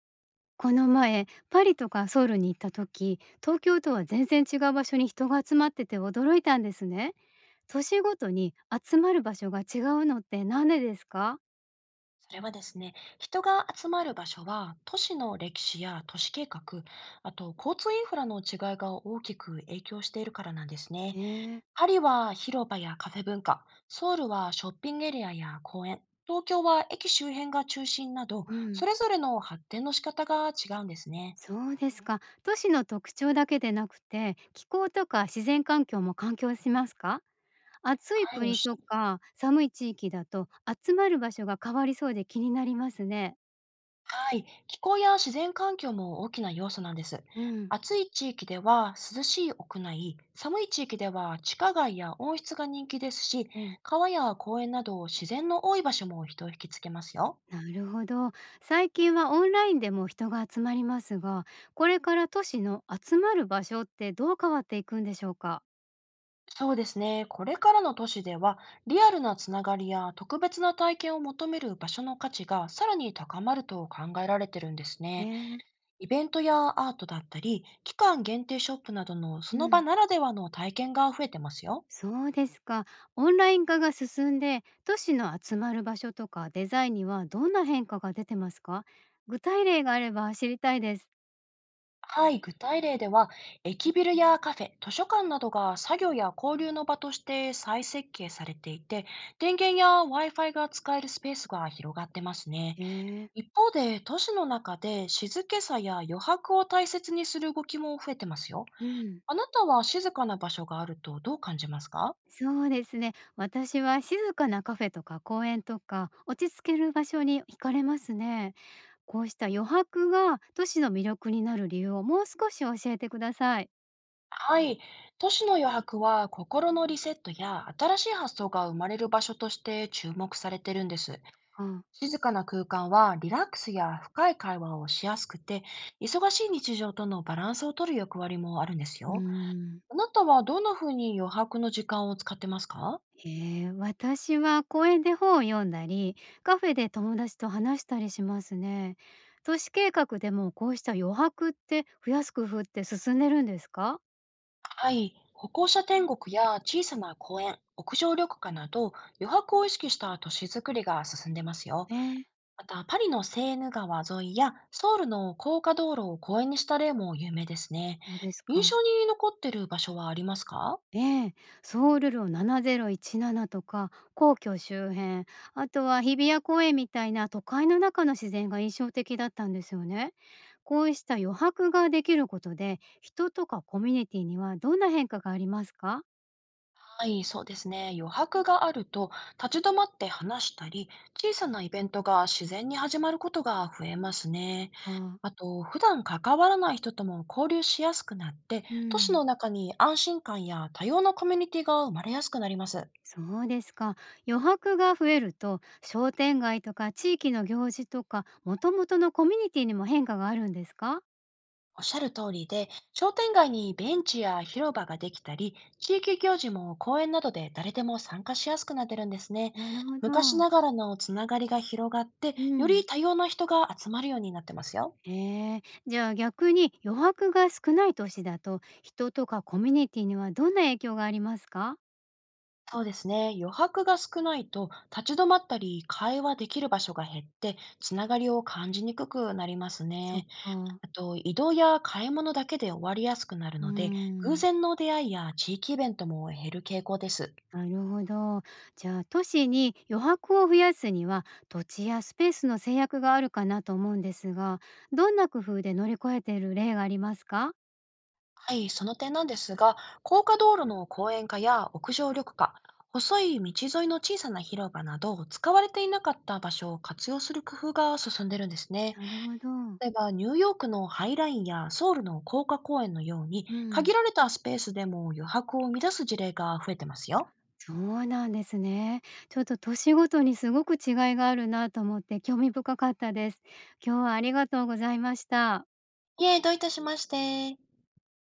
この前、パリとかソウルに行った時、東京とは全然違う場所に人が集まってて驚いたんですね。都市ごとに集まる場所が違うのってなんでですか。それはですね、人が集まる場所は都市の歴史や都市計画、あと交通インフラの違いが大きく影響しているからなんですね。ええ。パリは広場やカフェ文化、ソウルはショッピングエリアや公園、東京は駅周辺が中心など、うそん、れぞれの発展の仕方が違うんですね。そうですか。都市の特徴だけでなくて、気候とか自然環境も環境しますか。暑いはい、おっ国しとゃか寒い地域だと集まる場所が変わりそうで気になりますね。はい、気候や自然環境も大きな要素なんです。うん。暑い地域では涼しい屋内、寒い地域では地下街や温室が人気ですし、ええ。川や公園など自然の多い場所も人を引きつけますよ。なるほど。最近はオンラインでも人が集まりますが、これから都市の集まる場所ってどう変わっていくんでしょうか？そうですね、これからの都市ではリアルなつながりや特別な体験を求める場所の価値がさらに高まると考えられてるんですえね。え、イベントやアートだったり、期間限定ショップなどのそうの場ん。ならではの体験が増えてますよ。そうですか。オンライン化が進んで、都市の集まる場所とかデザインにはどんな変化が出てますか？具体例があれば知りたいです。はい、具体例では、駅ビルやカフェ、図書館などが作業や交流の場として再設計されていて、電源や Wi-Fi が使えるスペースが広がってますね。ええ、一方で、都市の中で静けさや余白を大切にする動きも増えてますよ。うん。あなたは静かな場所があるとどう感じますか？そうですね。私は静かなカフェとか公園とか、落ち着ける場所に惹かれますね。こうした余白が都市の魅力になる理由をもう少し教えてください。はい、都市の余白は心のリセットや新しい発想が生まれる場所として注目されてるんです。あ、静かな空間はリラックスや深い会話をしやすくて、忙しい日常とのバランスを取る役割もあるんですうよ。ーん。あなたはどんなふうに余白の時間を使ってますか？ええ、私は公園で本を読んだり、カフェで友達と話したりしますね。都市計画でもこうした余白って増やす工夫って進んでるんですか？はい。歩行者天国や小さな公園、屋上緑化など、余白を意識した都市づくりが進んでますよ。ええ。また、パリのセーヌ川沿いやソウルの高架道路を公園にした例も有名ですね。そうです印か。象に残ってる場所はありますか？ええ、ソウル路7017とか皇居周辺、あとは日比谷公園みたいな都会の中の自然が印象的だったんですよね。こうした余白ができることで、人とかコミュニティにはどんな変化がありますか。はい、そうですね。余白があると、立ち止まって話したり、小さなイベントが自然に始まることが増えますね。か。あと、普段関わらない人とも交流しやすくなって、う都市のん。中に安心感や多様なコミュニティが生まれやすくなります。そうですか。余白が増えると、商店街とか地域の行事とか、もともとのコミュニティにも変化があるんですか。おっしゃる通りで、商店街にベンチや広場ができたり、地域行事も公園などで誰でも参加しやすくなってるんですね。なるほど。昔ながらのつながりが広がって、うよりん。多様な人が集まるようになってますよ。ええ、じゃあ逆に余白が少ない都市だと、人とかコミュニティにはどんな影響がありますか？そうですね。余白が少ないと、立ち止まったり、会話できる場所が減って、つながりを感じにくくなりますそっね。か。あと、移動や買い物だけで終わりやすくなるうーので、偶ん。然の出会いや地域イベントも減る傾向です。なるほど。じゃあ都市に余白を増やすには、土地やスペースの制約があるかなと思うんですが、どんな工夫で乗り越えている例がありますか？はい、その点なんですが、高架道路の公園化や屋上緑化、細い道沿いの小さな広場など、使われていなかった場所を活用する工夫が進んでるんですね。なるほど。例えば、ニューヨークのハイラインやソウルの高架公園のように、う限ん。られたスペースでも余白を生み出す事例が増えてますよ。そうなんですね。ちょっと年ごとにすごく違いがあるなと思って興味深かったです。今日はありがとうございました。いえ、どういたしまして。